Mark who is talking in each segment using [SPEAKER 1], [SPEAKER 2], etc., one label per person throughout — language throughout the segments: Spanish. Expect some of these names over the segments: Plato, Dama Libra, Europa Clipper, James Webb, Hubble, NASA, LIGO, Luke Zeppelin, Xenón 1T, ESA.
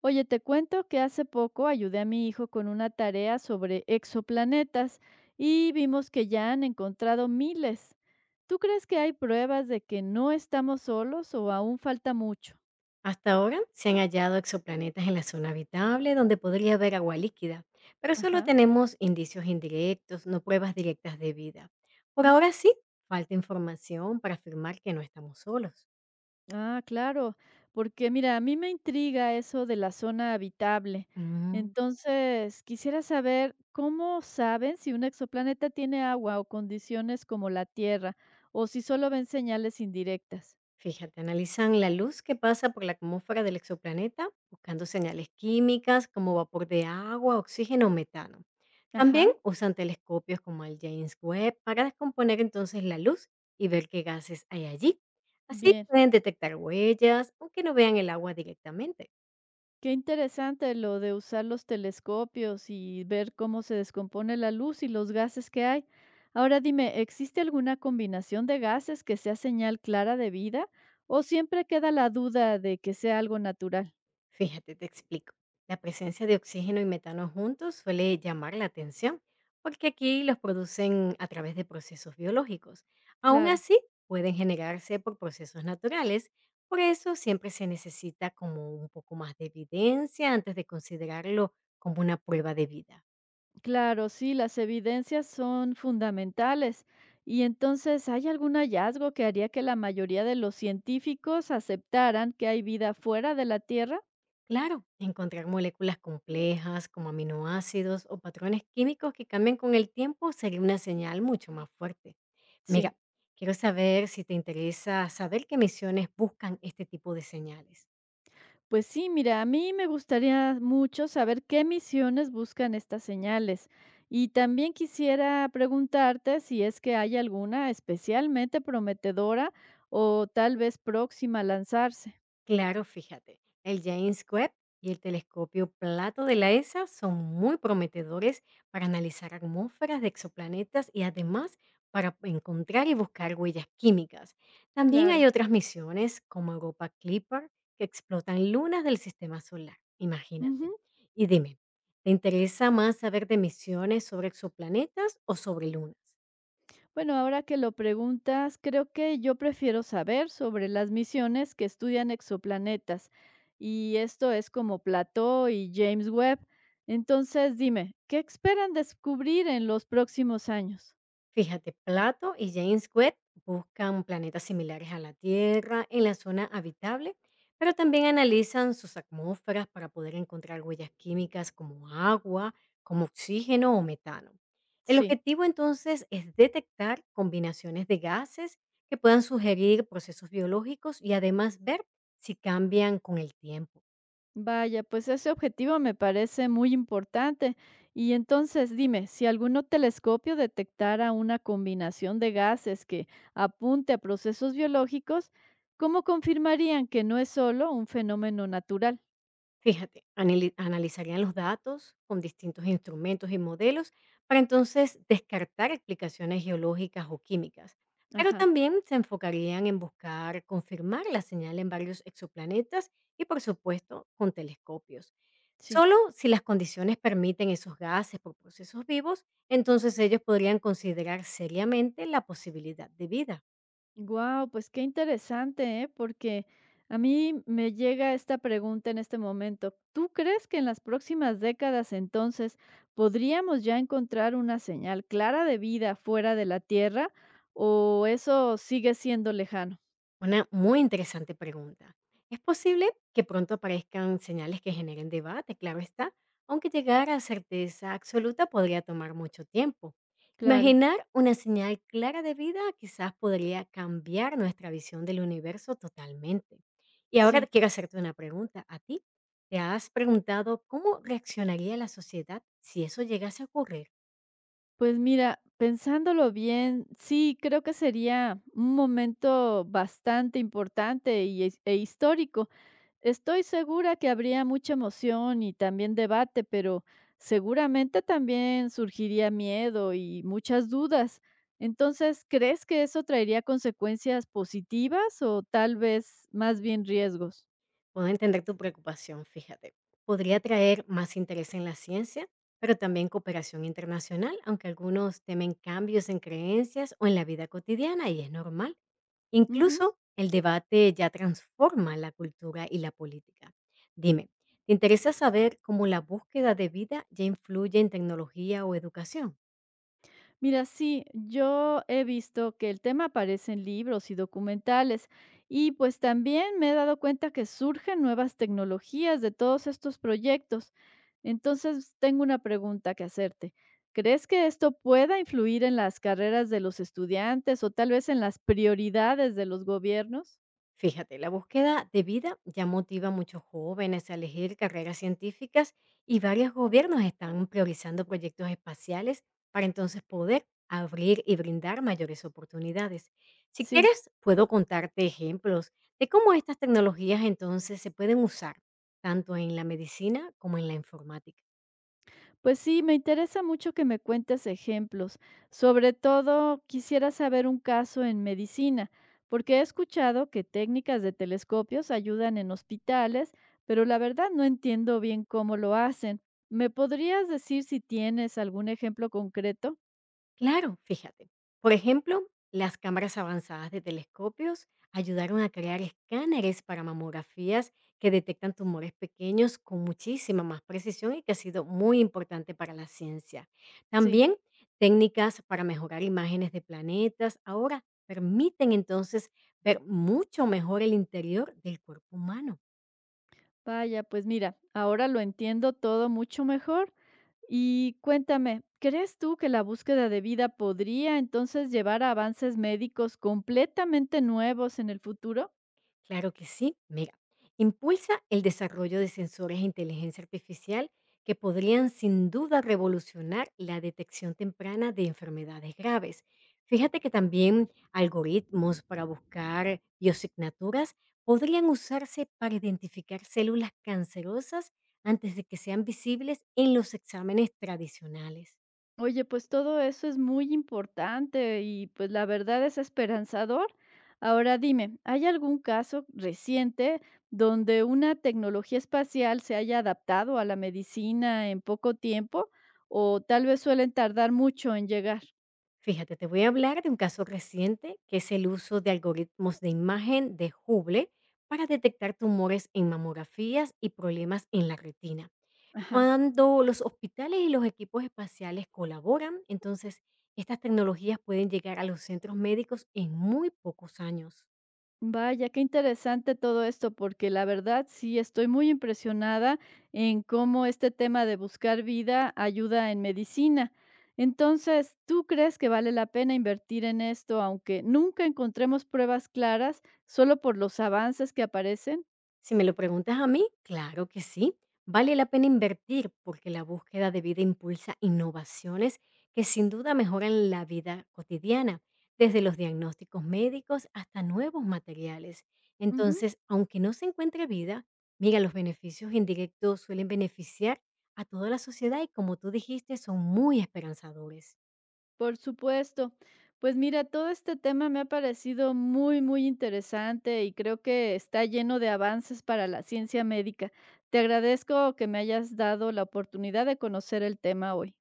[SPEAKER 1] Oye, te cuento que hace poco ayudé a mi hijo con una tarea sobre exoplanetas y vimos que ya han encontrado miles. ¿Tú crees que hay pruebas de que no estamos solos o aún falta mucho?
[SPEAKER 2] Hasta ahora se han hallado exoplanetas en la zona habitable donde podría haber agua líquida, pero solo
[SPEAKER 1] Ajá.
[SPEAKER 2] tenemos indicios indirectos, no pruebas directas de vida. Por ahora
[SPEAKER 1] Ujú.
[SPEAKER 2] sí, falta información para afirmar que no estamos solos.
[SPEAKER 1] Ah, claro, porque mira, a mí me intriga eso de la zona habitable.
[SPEAKER 2] Mm.
[SPEAKER 1] Entonces, quisiera saber cómo saben si un exoplaneta tiene agua o condiciones como la Tierra, o si solo ven señales indirectas.
[SPEAKER 2] Fíjate, analizan la luz que pasa por la atmósfera del exoplaneta, buscando señales químicas como vapor de agua, oxígeno o metano. También
[SPEAKER 1] Ajá,
[SPEAKER 2] usan telescopios como el James Webb para descomponer entonces la luz y ver qué gases hay allí. Así
[SPEAKER 1] bien.
[SPEAKER 2] pueden detectar huellas, aunque no vean el agua directamente.
[SPEAKER 1] Qué interesante lo de usar los telescopios y ver cómo se descompone la luz y los gases que hay. Ahora dime, ¿existe alguna combinación de gases que sea señal clara de vida? ¿O siempre queda la duda de que sea algo natural?
[SPEAKER 2] Fíjate, te explico. La presencia de oxígeno y metano juntos suele llamar la atención porque aquí los producen a través de procesos biológicos. Aún
[SPEAKER 1] Claro,
[SPEAKER 2] así, pueden generarse por procesos naturales. Por eso siempre se necesita como un poco más de evidencia antes de considerarlo como una prueba de vida.
[SPEAKER 1] claro, sí, las evidencias son fundamentales. Y entonces, ¿hay algún hallazgo que haría que la mayoría de los científicos aceptaran que hay vida fuera de la Tierra?
[SPEAKER 2] Claro, encontrar moléculas complejas como aminoácidos o patrones químicos que cambian con el tiempo sería una señal mucho más fuerte.
[SPEAKER 1] Sí.
[SPEAKER 2] Mira, quiero saber si te interesa saber qué misiones buscan este tipo de señales.
[SPEAKER 1] Pues sí, mira, a mí me gustaría mucho saber qué misiones buscan estas señales. Y también quisiera preguntarte si es que hay alguna especialmente prometedora o tal vez próxima a lanzarse.
[SPEAKER 2] Claro, fíjate, el James Webb y el telescopio Plato de la ESA son muy prometedores para analizar atmósferas de exoplanetas y además para encontrar y buscar huellas químicas. También hay
[SPEAKER 1] Claro.
[SPEAKER 2] otras misiones como Europa Clipper que explotan lunas del sistema solar, imagínate.
[SPEAKER 1] Ujú.
[SPEAKER 2] Y dime, ¿te interesa más saber de misiones sobre exoplanetas o sobre lunas?
[SPEAKER 1] Bueno, ahora que lo preguntas, creo que yo prefiero saber sobre las misiones que estudian exoplanetas. Y esto es como Plató y James Webb. Entonces, dime, ¿qué esperan descubrir en los próximos años?
[SPEAKER 2] Fíjate, Plato y James Webb buscan planetas similares a la Tierra en la zona habitable, pero también analizan sus atmósferas para poder encontrar huellas químicas como agua, como oxígeno o metano. El
[SPEAKER 1] Sí.
[SPEAKER 2] objetivo entonces es detectar combinaciones de gases que puedan sugerir procesos biológicos y además ver si cambian con el tiempo.
[SPEAKER 1] Vaya, pues ese objetivo me parece muy importante. Y entonces dime, si algún telescopio detectara una combinación de gases que apunte a procesos biológicos, ¿cómo confirmarían que no es solo un fenómeno natural?
[SPEAKER 2] Fíjate, analizarían los datos con distintos instrumentos y modelos para entonces descartar explicaciones geológicas o químicas, pero
[SPEAKER 1] Ajá,
[SPEAKER 2] también se enfocarían en buscar confirmar la señal en varios exoplanetas y por supuesto con telescopios.
[SPEAKER 1] sí.
[SPEAKER 2] Solo si las condiciones permiten esos gases por procesos vivos, entonces ellos podrían considerar seriamente la posibilidad de vida.
[SPEAKER 1] Wow, pues qué interesante, ¿eh? Porque a mí me llega esta pregunta en este momento. ¿Tú crees que en las próximas décadas entonces podríamos ya encontrar una señal clara de vida fuera de la Tierra o eso sigue siendo lejano?
[SPEAKER 2] Una muy interesante pregunta. Es posible que pronto aparezcan señales que generen debate, claro está, aunque llegar a certeza absoluta podría tomar mucho tiempo.
[SPEAKER 1] Claro,
[SPEAKER 2] Imaginar una señal clara de vida quizás podría cambiar nuestra visión del universo totalmente. Y ahora
[SPEAKER 1] sí.
[SPEAKER 2] quiero hacerte una pregunta a ti. ¿Te has preguntado cómo reaccionaría la sociedad si eso llegase a ocurrir?
[SPEAKER 1] Pues mira, pensándolo bien, sí, creo que sería un momento bastante importante y, e histórico. Estoy segura que habría mucha emoción y también debate, pero seguramente también surgiría miedo y muchas dudas. Entonces, ¿crees que eso traería consecuencias positivas o tal vez más bien riesgos?
[SPEAKER 2] Puedo entender tu preocupación, fíjate. Podría traer más interés en la ciencia, pero también cooperación internacional, aunque algunos temen cambios en creencias o en la vida cotidiana y es normal. Incluso el debate ya transforma la cultura y la política. Dime, ¿te interesa saber cómo la búsqueda de vida ya influye en tecnología o educación?
[SPEAKER 1] Mira, sí, yo he visto que el tema aparece en libros y documentales y pues también me he dado cuenta que surgen nuevas tecnologías de todos estos proyectos. Entonces, tengo una pregunta que hacerte. ¿Crees que esto pueda influir en las carreras de los estudiantes o tal vez en las prioridades de los gobiernos?
[SPEAKER 2] Fíjate, la búsqueda de vida ya motiva a muchos jóvenes a elegir carreras científicas y varios gobiernos están priorizando proyectos espaciales para entonces poder abrir y brindar mayores oportunidades. Si
[SPEAKER 1] Sí.
[SPEAKER 2] quieres, puedo contarte ejemplos de cómo estas tecnologías entonces se pueden usar tanto en la medicina como en la informática.
[SPEAKER 1] Pues sí, me interesa mucho que me cuentes ejemplos. Sobre todo, quisiera saber un caso en medicina, porque he escuchado que técnicas de telescopios ayudan en hospitales, pero la verdad no entiendo bien cómo lo hacen. ¿Me podrías decir si tienes algún ejemplo concreto?
[SPEAKER 2] Claro, fíjate. Por ejemplo, las cámaras avanzadas de telescopios ayudaron a crear escáneres para mamografías que detectan tumores pequeños con muchísima más precisión y que ha sido muy importante para la ciencia.
[SPEAKER 1] Sí,
[SPEAKER 2] También técnicas para mejorar imágenes de planetas ahora permiten entonces ver mucho mejor el interior del cuerpo humano.
[SPEAKER 1] vaya, pues mira, ahora lo entiendo todo mucho mejor. Y cuéntame, ¿crees tú que la búsqueda de vida podría entonces llevar a avances médicos completamente nuevos en el futuro?
[SPEAKER 2] Claro que sí. Mira, impulsa el desarrollo de sensores de inteligencia artificial que podrían sin duda revolucionar la detección temprana de enfermedades graves. Fíjate que también algoritmos para buscar biosignaturas podrían usarse para identificar células cancerosas antes de que sean visibles en los exámenes tradicionales.
[SPEAKER 1] Oye, pues todo eso es muy importante y pues la verdad es esperanzador. Ahora dime, ¿hay algún caso reciente donde una tecnología espacial se haya adaptado a la medicina en poco tiempo o tal vez suelen tardar mucho en llegar?
[SPEAKER 2] Fíjate, te voy a hablar de un caso reciente que es el uso de algoritmos de imagen de Hubble para detectar tumores en mamografías y problemas en la retina.
[SPEAKER 1] Ajá.
[SPEAKER 2] Cuando los hospitales y los equipos espaciales colaboran, entonces estas tecnologías pueden llegar a los centros médicos en muy pocos años.
[SPEAKER 1] Vaya, qué interesante todo esto, porque la verdad sí estoy muy impresionada en cómo este tema de buscar vida ayuda en medicina. Entonces, ¿tú crees que vale la pena invertir en esto, aunque nunca encontremos pruebas claras, solo por los avances que aparecen?
[SPEAKER 2] Si me lo preguntas a mí, claro que sí. Vale la pena invertir porque la búsqueda de vida impulsa innovaciones que sin duda mejoran la vida cotidiana, desde los diagnósticos médicos hasta nuevos materiales.
[SPEAKER 1] Ujú.
[SPEAKER 2] Entonces, aunque no se encuentre vida, mira, los beneficios indirectos suelen beneficiar a toda la sociedad y como tú dijiste, son muy esperanzadores.
[SPEAKER 1] Por supuesto. Pues mira, todo este tema me ha parecido muy, muy interesante y creo que está lleno de avances para la ciencia médica. Te agradezco que me hayas dado la oportunidad de conocer el tema hoy.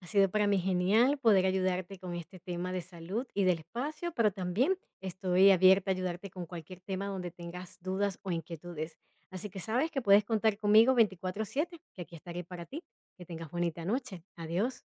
[SPEAKER 2] Ha sido para mí genial poder ayudarte con este tema de salud y del espacio, pero también estoy abierta a ayudarte con cualquier tema donde tengas dudas o inquietudes. Así que sabes que puedes contar conmigo 24/7, que aquí estaré para ti. Que tengas bonita noche. Adiós.